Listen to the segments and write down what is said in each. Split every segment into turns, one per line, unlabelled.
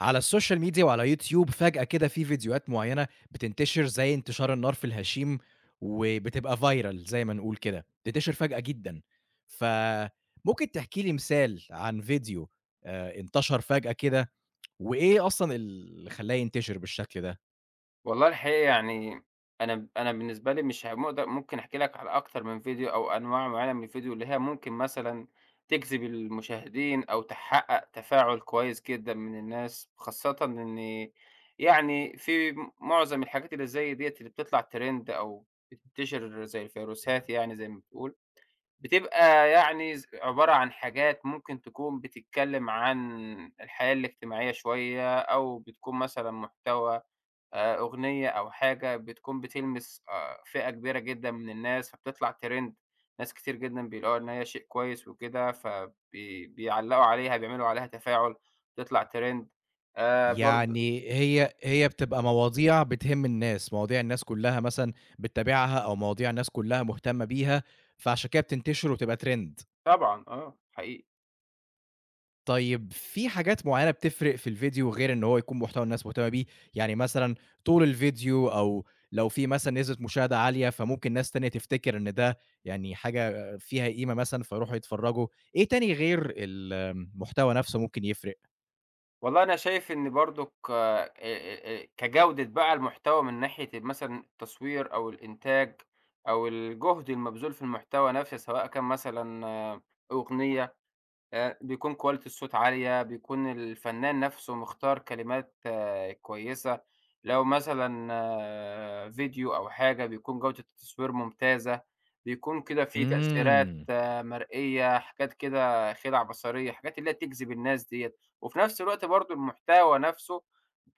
على السوشيال ميديا وعلى يوتيوب فجأة كده في فيديوهات معيّنة بتنتشر زي انتشار النار في الهشيم، وبتبقى viral زي ما نقول كده، بتنتشر فجأة جدًا، فممكن تحكي لي مثال عن فيديو انتشر فجأة كده، وإيه أصلًا اللي خلّاه ينتشر بالشكل ده؟
والله الحقيقة يعني أنا بالنسبة لي مش هاقدر ممكن أحكي لك على أكتر من فيديو أو أنواع معينة من الفيديو اللي هي ممكن مثلًا تجذب المشاهدين أو تحقق تفاعل كويس جدًا من الناس، خاصةً إن يعني في م معظم الحاجات اللي زي ديّة اللي بتطلع trend أو بتنتشر زي الفيروسات يعني زي ما بتقول، بتبقى يعني عبارة عن حاجات ممكن تكون بتتكلم عن الحياة الاجتماعية شوية أو بتكون مثلًا محتوى أغنية أو حاجة بتكون بتلمس فئة كبيرة جدًا من الناس، فبتطلع trend. ناس كتير جدًا بيلاقوها إن هي شيء كويس وكده، بيعلّقوا عليها، بيعملوا عليها تفاعل، تطلع trend برضه.
يعني هي
إمم.
هي بتبقى مواضيع بتهم الناس، مواضيع الناس كلّها مثلًا بتتابعها أو مواضيع الناس كلّها مهتمة بيها، فعشان كده بتنتشر وبتبقى trend.
طبعًا آه، حقيقي.
طيب في حاجات معيّنة بتفرق في الفيديو غير إن هو يكون محتوى الناس مهتمة بيه، يعني مثلًا طول الفيديو أو لو في مثلًا نسبة مشاهدة عالية، فممكن ناس تانية تفتكر إن ده يعني حاجة فيها قيمة مثلًا فيروحوا يتفرّجوا، إيه تاني غير المحتوى نفسه ممكن يفرق؟
والله أنا شايف إن برضُك كجودة بقى المحتوى من ناحية مثلًا التصوير أو الإنتاج أو الجهد المبذول في المحتوى نفسه، سواء كان مثلًا آه، أغنية، بيكون quality الصوت عالية، بيكون الفنان نَفْسه مختار كلمات آه، كويسة. لو مثلًا آه، فيديو أو حاجة بيكون جودة التصوير ممتازة، بيكون كده في تأثيرات
إمم.
آه، مرئية، حاجات كده خِدع بصرية، حاجات اللي هي تجذب الناس ديّة. وفي نَفْس الوقت برضه المحتوى نَفْسه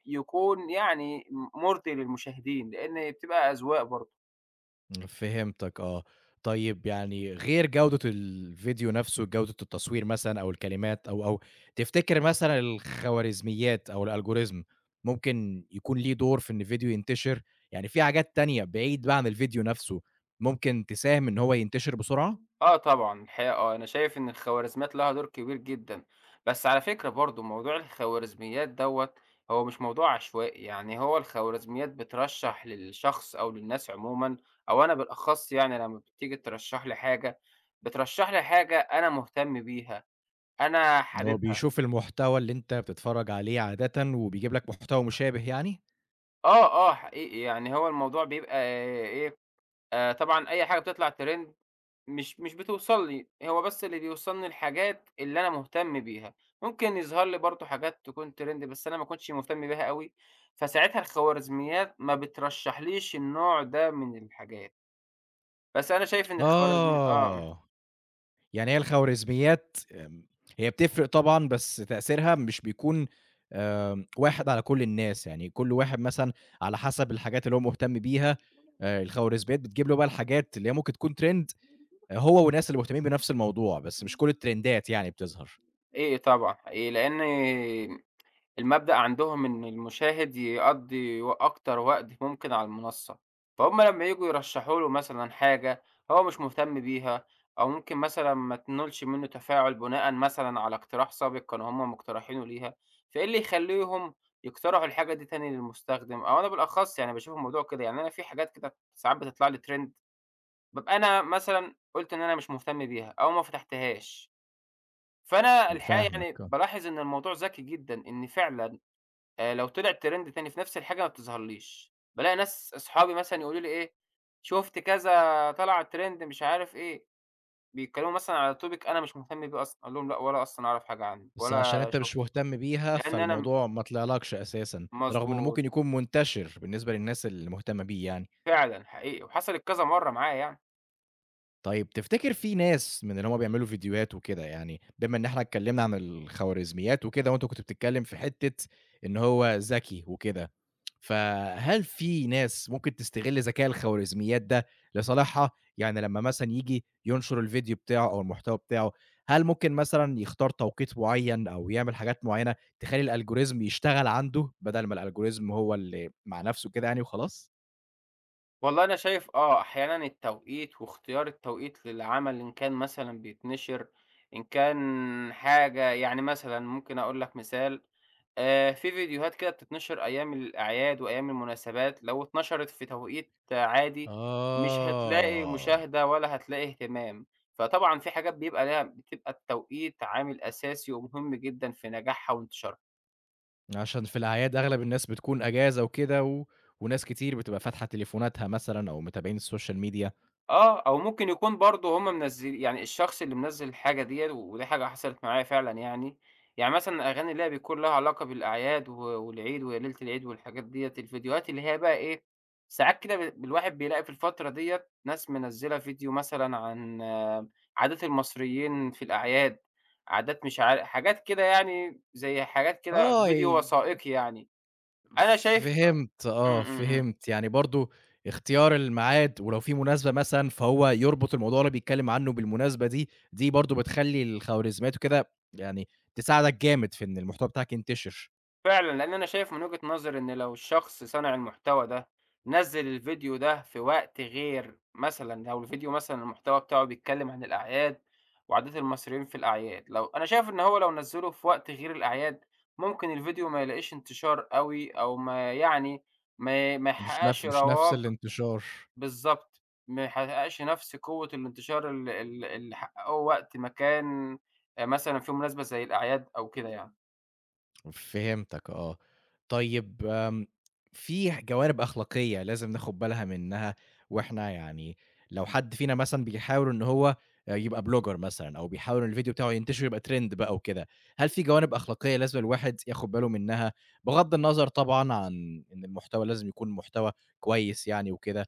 يكون يعني مُرضي للمشاهدين، لإن بتبقى أذواق برضه.
فهمتك آه. طيب يعني غير جودة الفيديو نفسه، جودة التصوير مثلًا أو الكلمات أو، تفتكر مثلًا الخوارزميات أو الalgorithm ممكن يكون ليه دور في إن الفيديو ينتشر؟ يعني في حاجات تانية بعيد بقى عن الفيديو نفسه، ممكن تساهم إن هو ينتشر بسرعة؟
آه طبعًا، الحقيقة آه، أنا شايف إن الخوارزميات لها دور كبير جدًا، بس على فكرة برضه موضوع الخوارزميات دوّة هو مش موضوع عشوائي، يعني هو الخوارزميات بترشّح للشخص أو للناس عمومًا أو أنا بالأخص، يعني لمّا بتيجي ترشّح لي حاجة، بترشّح لي حاجة أنا مهتم بيها، أنا
إن هو
حاببها.
بيشوف المحتوى اللي أنت بتتفرج عليه عادةً وبيجيب لك محتوى مشابه يعني؟
آه، آه حقيقي، يعني هو الموضوع بيبقى آه، إيه، طبعًا أي حاجة بتطلع trend مش بتوصل لي، هو بس اللي بيوصلني الحاجات اللي أنا مهتم بيها، ممكن يظهر لي برضه حاجات تكون trend بس أنا ما كنتش مهتم بيها أوي، فساعتها الخوارزميات ما بترشحليش النوع ده من الحاجات، بس أنا شايف إن آه.
آه. يعني هي الخوارزميات هي بتفرق طبعًا بس تأثيرها مش بيكون واحد على كل الناس، يعني كل واحد مثلًا على حسب الحاجات اللي هو مهتم بيها الخوارزميات بتجيب له بقى الحاجات اللي هي ممكن تكون trend آه، هو والناس اللي مهتمين بنفس الموضوع، بس مش كل الترندات يعني بتظهر.
إيه طبعًا، إيه لإن المبدأ عندهم إن المشاهد يقضّي و أكتر وقت ممكن على المنصة، فهُم لمّا ييجوا يرشحوا له مثلًا حاجة هو مش مهتم بيها، أو ممكن مثلًا ما تنولش منه تفاعل بناءً مثلًا على اقتراح سابق كانوا هُم مقترحينه ليها، فإيه اللي يخلّيهم يقترحوا الحاجة دي تاني للمستخدم؟ أو أنا بالأخص يعني باشوف الموضوع كده، يعني أنا في حاجات كده ساعات بتطلع لي trend، بابقى أنا مثلًا قُلت إن أنا مش مهتم بيها أو ما فتحتهاش، فأنا الحقيقة
فاهمك
يعني
آه،
بالاحظ إن الموضوع ذكي جدًا، إن فعلًا لو طلعت ترند تاني في نفس الحاجة ما بتظهرليش، بالاقي ناس أصحابي مثلًا يقولوا لي إيه، شُفت كذا طلع ترند مش عارف إيه، بيتكلموا مثلًا على topic أنا مش مهتم بيه أصلًا، أقول لهم لأ ولا أصلًا أعرف حاجة عنه
بس عشان
ولا
أنت مش
شُفته،
مهتم بيها
لإن أنا
فالموضوع ما طلعلكش أساسًا، رغم إنه
مضبوط،
ممكن يكون منتشر بالنسبة للناس اللي مهتمة بيه يعني.
فعلًا حقيقي وحصلت كذا مرّة معايا يعني.
طيب تفتكر في ناس من اللي هم بيعملوا فيديوهات وكده يعني بما إن إحنا اتكلّمنا عن الخوارزميات وكده وأنت كنت بتتكلّم في حتّة إن هو ذكي وكده، فهل في ناس ممكن تستغل ذكاء الخوارزميات ده لصالحها؟ يعني لمّا مثلًا ييجي ينشر الفيديو بتاعه أو المحتوى بتاعه، هل ممكن مثلًا يختار توقيت معيّن أو يعمل حاجات معيّنة تخلّي الalgorithm يشتغل عنده بدل ما الalgorithm هو اللي مع نَفْسه كده يعني وخلاص؟
والله أنا شايف آه، أحيانًا التوقيت واختيار التوقيت للعمل إن كان مثلًا بيتنشر، إن كان حاجة يعني مثلًا ممكن أقول لك مثال، في فيديوهات كده بتتنشر أيام الأعياد وأيام المناسبات، لو اتنشرت في توقيت عادي مش هتلاقي
آه.
مشاهدة ولا هتلاقي اهتمام، فطبعًا في حاجات بيبقى ليها بتبقى التوقيت عامل أساسي ومهم جدًا في نجاحها وانتشارها.
عشان في الأعياد أغلب الناس بتكون أجازة وكده و وناس كتير بتبقى فاتحة تليفوناتها مثلًا أو متابعين السوشيال ميديا.
آه، أو ممكن يكون برضه هم منزل يعني الشخص اللي منزّل الحاجة ديّة، ودي حاجة حصلت معايا فعلًا يعني، يعني مثلًا الأغاني اللي هي بيكون لها علاقة بالأعياد و والعيد ويا ليلة العيد والحاجات ديّة، الفيديوهات اللي هي بقى إيه، ساعات كده الواحد بيلاقي في الفترة ديّة ناس منزّلة فيديو مثلًا عن آه، عادات المصريين في الأعياد، عادات مش عار حاجات كده يعني زي حاجات كده
آه، ي
فيديو وثائقي يعني، أنا شايف.
فهمت
إمم،
آه،
إمم، إمم.
فهمت. يعني برضه اختيار الميعاد ولو في مناسبة مثلًا، فهو يربط الموضوع اللي بيتكلم عنه بالمناسبة دي، دي برضه بتخلّي الخوارزميات وكده يعني تساعدك جامد في إن المحتوى بتاعك ينتشر،
فعلًا، لإن أنا شايف من وجهة نظري إن لو الشخص صانع المحتوى ده نزّل الفيديو ده في وقت غير مثلًا لو الفيديو مثلًا المحتوى بتاعه بيتكلم عن الأعياد وعادات المصريين في الأعياد، لو أنا شايف إن هو لو نزّله في وقت غير الأعياد، ممكن الفيديو ما يلاقيش انتشار أوي أو ما يعني ما ي ما يحققش
مش نفس
رواج.
الانتشار.
بالضبط، ما يحققش نفس قوة الانتشار ال ال اللي حققوه وقت ما كان مثلًا في مناسبة زي الأعياد أو كده يعني.
فهمتك آه. طيب في ح جوانب أخلاقية لازم ناخُد بالها منّها وإحنا يعني لو حد فينا مثلًا بيحاول إن هو يبقى blogger مثلًا أو بيحاول إن الفيديو بتاعه ينتشر ويبقى trend بقى وكده، هل في جوانب أخلاقية لازم الواحد ياخُد باله منّها بغض النظر طبعًا عن إن المحتوى لازم يكون محتوى كويس يعني وكده،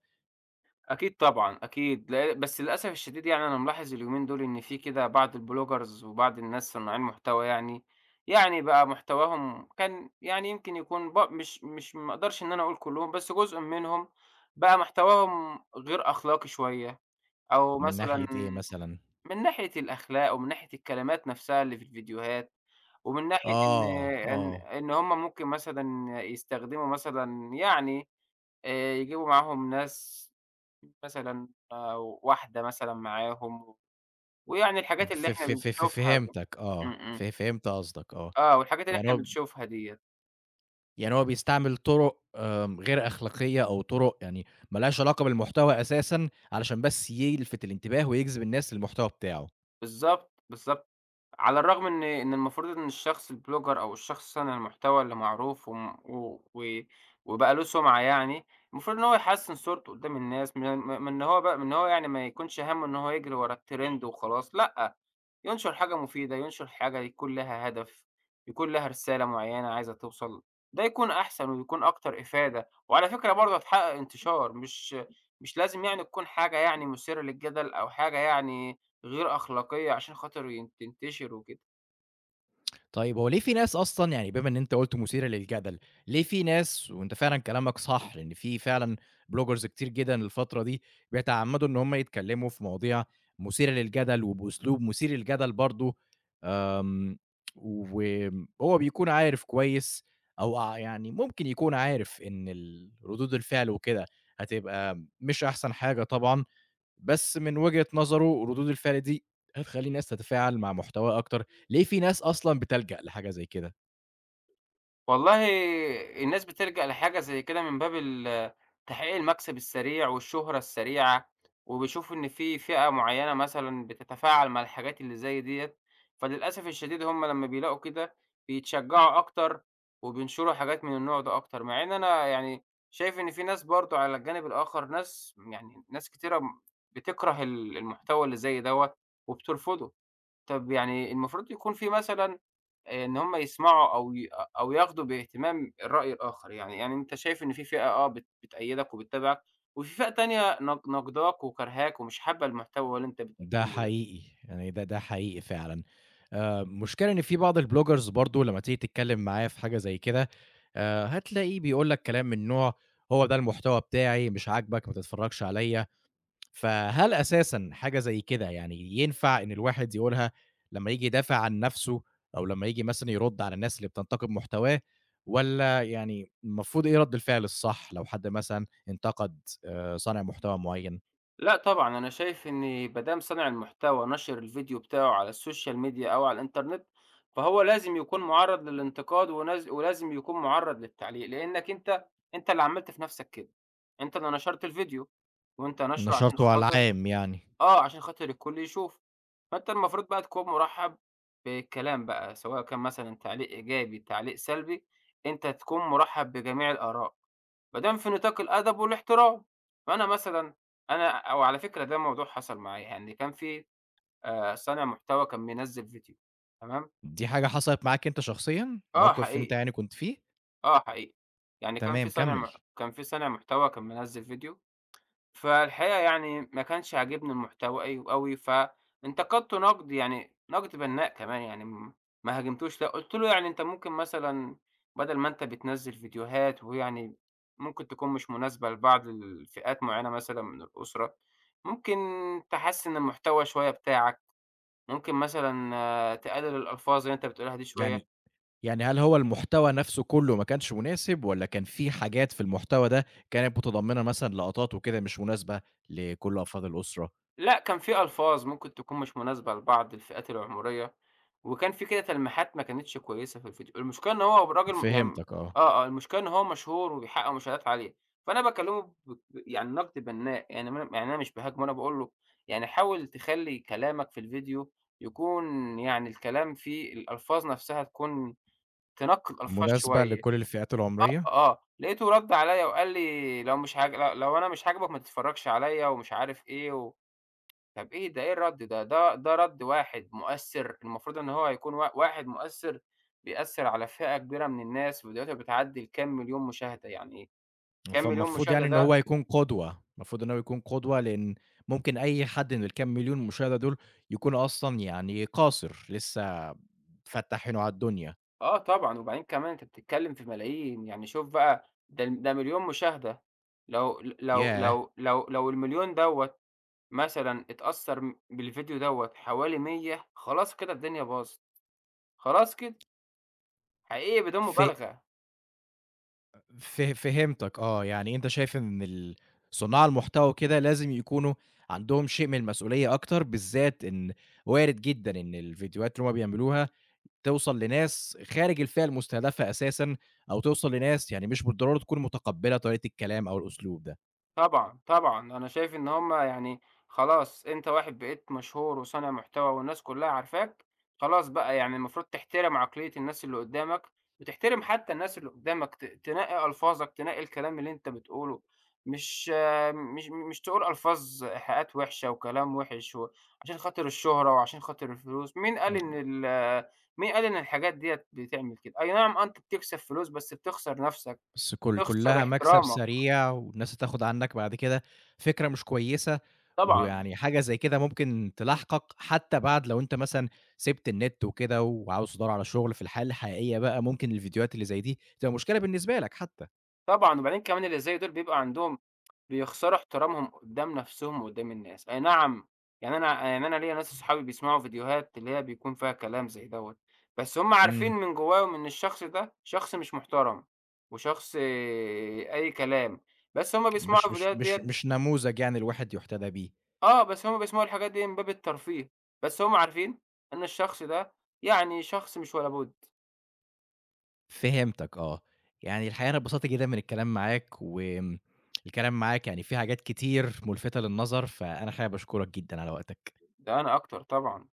أكيد طبعًا، أكيد، لأ. بس للأسف الشديد يعني أنا ملاحظ اليومين دول إن في كده بعض الbloggers وبعض الناس صناعين محتوى يعني، يعني بقى محتواهم كان يعني يمكن يكون ب مش مش ما أقدرش إن أنا أقول كلّهم، بس جزء منهم بقى محتواهم غير أخلاقي شوية، أو
من
مثلًا
ناحية إيه مثلًا؟
من ناحية الأخلاق ومن ناحية الكلمات نفسها اللي في الفيديوهات، ومن ناحية إن
آه،
إن
آه.
إن هُم ممكن مثلًا يستخدموا مثلًا يعني، يجيبوا معاهم ناس مثلًا واحدة مثلًا معاهم، ويعني الحاجات اللي
ف
إحنا
ف ف ف
بنشوفها
فهمتك
إمم،
آه. فهمت قصدك آه.
آه، والحاجات اللي
يعني
إحنا
هو
بنشوفها ديّة.
يعني هو بيستعمل طرق غير أخلاقية أو طرق يعني ما لهاش علاقة بالمحتوى أساسًا، علشان بس يلفت الانتباه ويجذب الناس للمحتوى بتاعه.
بالضبط، بالضبط، على الرغم إن المفروض إن الشخص الblogger أو الشخص صانع المحتوى اللي معروف وم و و وبقى له سُمعة يعني، المفروض إن هو يحسّن صورته قدّام الناس، من إن هو بقى من إن هو يعني ما يكونش هَمّه إن هو يجري ورا الtrend وخلاص، لأ. ينشر حاجة مفيدة، ينشر حاجة يكون لها هدف، يكون لها رسالة معيّنة عايزة توصل، ده يكون أحسن ويكون أكتر إفادة، وعلى فكرة برضه هتحقق انتشار، مش لازم يعني تكون حاجة يعني مثيرة للجدل أو حاجة يعني غير أخلاقية عشان خاطر تنتشر وكده.
طيب هو ليه في ناس أصلًا يعني بما إن أنت قُلت مثيرة للجدل، ليه في ناس وأنت فعلًا كلامك صح، لإن في فعلًا bloggers كتير جدًا الفترة دي بيتعمدوا إن هم يتكلموا في مواضيع مثيرة للجدل وبأسلوب مثير للجدل برضه، آمم، وهو بيكون عارف كويس أو ع يعني ممكن يكون عارف إن ال ردود الفعل وكده هتبقى مش أحسن حاجة طبعًا، بس من وجهة نظره ردود الفعل دي هتخلّي الناس تتفاعل مع محتواه أكتر، ليه في ناس أصلًا بتلجأ لحاجة زي كده،
والله الناس بتلجأ لحاجة زي كده من باب ال تحقيق المكسب السريع والشهرة السريعة، وبيشوفوا إن في فئة معيّنة مثلًا بتتفاعل مع الحاجات اللي زي ديّة، فللأسف الشديد هم لمّا بيلاقوا كده بيتشجعوا أكتر، وبينشروا حاجات من النوع ده أكتر، مع إن أنا يعني شايف إن في ناس برضه على الجانب الآخر ناس يعني ناس كتيرة بتكره ال المحتوى اللي زي دوّة وبترفضه. طب يعني المفروض يكون في مثلًا إن هم يسمعوا أو أو ياخدوا باهتمام الرأي الآخر، يعني يعني أنت شايف إن في فئة آه بتأيّدك وبتتابعك، وفي فئة تانية ناقضاك وكارهاك ومش حابة المحتوى اللي أنت
ده
بتقدّمه ده.
حقيقي، يعني ده حقيقي فعلًا. المشكلة إن في بعض البلوجرز برضه لمّا تيجي تتكلم معاه في حاجة زي كده، هتلاقيه بيقول لك كلام من نوع هو ده المحتوى بتاعي، مش عاجبك ما تتفرجش عليَّ. فهل أساسًا حاجة زي كده يعني ينفع إن الواحد يقولها لمّا ييجي يدافع عن نَفْسه أو لمّا ييجي مثلًا يرُد على الناس اللي بتنتقد محتواه والّا يعني المفروض إيه رَد الفعل الصح لو حد مثلًا انتقد صانع محتوى معيّن؟
لأ طبعًا، أنا شايف إن ما دام صانع المحتوى نشر الفيديو بتاعه على الSocial Media أو على الإنترنت، فهو لازم يكون مُعرّض للانتقاد ولازم يكون مُعرّض للتعليق، لإنّك أنت اللي عملت في نَفْسك كده، أنت اللي نشرت الفيديو، وأنت ناشره عشان
نشرته على
خاطر
العام يعني.
آه، عشان خاطر الكل يشوف، فأنت المفروض بقى تكون مُرحّب بالكلام بقى، سواء كان مثلًا تعليق إيجابي، تعليق سلبي، أنت تكون مُرحّب بجميع الآراء، ما دام في نطاق الأدب والاحترام. فأنا مثلًا أنا أو على فكرة ده موضوع حصل معايا، يعني كان في صانع محتوى كان منزّل فيديو، تمام؟
دي حاجة حصلت معاك أنت شخصيًا؟
آه
موقف أنت
حقيقي،
يعني كنت فيه؟
آه حقيقي. يعني
تمام كمّل.
كان في صانع محتوى كان منزّل فيديو. فالحقيقة يعني ما كانش عاجبني المحتوى أوي، فانتقدته نقد يعني نقد بنّاء كمان، يعني ما هاجمتوش لأ، قُلت له: "يعني أنت ممكن مثلًا بدل ما أنت بتنزّل فيديوهات ويعني ممكن تكون مش مناسبة لبعض الفئات معيّنة مثلًا من الأسرة، ممكن تحسِّن المحتوى شوية بتاعك، ممكن مثلًا آه، تقلل الألفاظ اللي أنت بتقولها دي شوية."
يعني يعني هل هو المحتوى نفسه كله ما كانش مناسب، والّا كان في حاجات في المحتوى ده كانت متضمنة مثلًا لقطات وكده مش مناسبة لكل أفراد الأسرة؟
لأ، كان في ألفاظ ممكن تكون مش مناسبة لبعض الفئات العمرية، وكان في كده تلميحات ما كانتش كويسة في الفيديو، المشكلة إن هو الراجل يعني
فهمتك آه،
آه، آه، المشكلة إن هو مشهور وبيحقق مشاهدات عالية، فأنا باكلمه ب يعني نقد بناء، يعني ما يعني أنا مش باهاجمه، أنا باقول له يعني حاول تخلّي كلامك في الفيديو يكون يعني الكلام فيه الألفاظ نفسها تكون تنقي الألفاظ
مناسبة
شوية،
لكل الفئات
آه،
العمرية،
آه، آه. لقيته رد عليَّ وقال لي: "لو مش عاج لو لو أنا مش عاجبك ما تتفرجش عليَّ" ومش عارف إيه و طب إيه ده؟ إيه الرَد ده؟ ده رَد واحد مؤثّر، المفروض إن هو هيكون واحد مؤثّر بيأثّر على فئة كبيرة من الناس، ودلوقتي بتعدّي الكام مليون مشاهدة، يعني كام مليون
فالمفروض
مشاهدة
يعني إن
ده.
هو يكون قدوة، المفروض إن هو يكون قدوة لإن ممكن أي حد من الكام مليون مشاهدة دول يكون أصلًا يعني قاصر لسه فتّاح عينه على الدنيا،
آه طبعًا، وبعدين كمان أنت بتتكلّم في ملايين، يعني شوف بقى ده ده مليون مشاهدة، لو ل لو
ياه!
لو لو لو الم1000000 دوّة مثلًا اتأثّر بالفيديو دوّة حوالي 100، خلاص كده الدنيا باظت، خلاص كده، حقيقي بدون
ف
مبالغة.
فه فهمتك آه، يعني أنت شايف إن ال صُناع المحتوى وكده لازم يكونوا عندهم شيء من المسؤولية أكتر، بالذات إن وارد جدًا إن الفيديوهات اللي هُم بيعملوها توصل لناس خارج الفئة المستهدفة أساسًا، أو توصل لناس يعني مش بالضرورة تكون متقبّلة طريقة الكلام أو الأسلوب ده.
طبعًا، طبعًا. أنا شايف إن هم يعني خلاص أنت واحد بقيت مشهور وصانع محتوى والناس كلّها عارفاك، خلاص بقى يعني المفروض تحترم عقلية الناس اللي قدّامك، وتحترم حتى الناس اللي قدّامك، تنقّي ألفاظك، تنقّي الكلام اللي أنت بتقوله، مش آه، مش تقول ألفاظ إيحاءات وِحشة وكلام وِحِش و عشان خاطر الشهرة وعشان خاطر الفلوس، مين قال
إمم.
إن ال مين قال إن الحاجات ديّة بتعمل كده؟ أي نعم آه، أنت بتكسب فلوس بس بتخسر نَفْسك،
بس كل
بتخسر
كلّها مكسب
احترامك.
سريع، والناس هتاخد عنك بعد كده فكرة مش كويسة،
طبعًا.
ويعني حاجة زي كده ممكن تلاحقك حتى بعد لو أنت مثلًا سِبت النت وكده، وعاوز تدوّر على شغل في الحياة الحقيقية بقى، ممكن الفيديوهات اللي زي دي تبقى مشكلة بالنسبة لك حتى.
طبعًا، وبعدين كمان اللي زي دول بيبقى عندهم بيخسروا احترامهم قدّام نفسهم وقدّام الناس، أي نعم يعني أنا يعني أنا ليّا ناس صحابي بيسمعوا فيديوهات اللي هي بيكون فيها كلام زي دوّة، بس هُم عارفين
إمم،
من جواهم إن الشخص ده شخص مش محترم، وشخص أي كلام، بس هُم بيسمعوا
مش مش
الفيديوهات
مش
ديّة.
مش نموذج يعني الواحد يُحتذى بيه.
آه، بس هُم بيسمعوا الحاجات دي من باب الترفيه، بس هُم عارفين إن الشخص ده يعني شخص مش ولا بُد.
فهمتك آه، يعني الحقيقة أنا اتبسطت جدًا من الكلام معاك، وآمم الكلام معاك يعني فيه حاجات كتير ملفتة للنظر، فأنا حابب أشكرك جدًا على وقتك.
ده أنا أكتر طبعًا.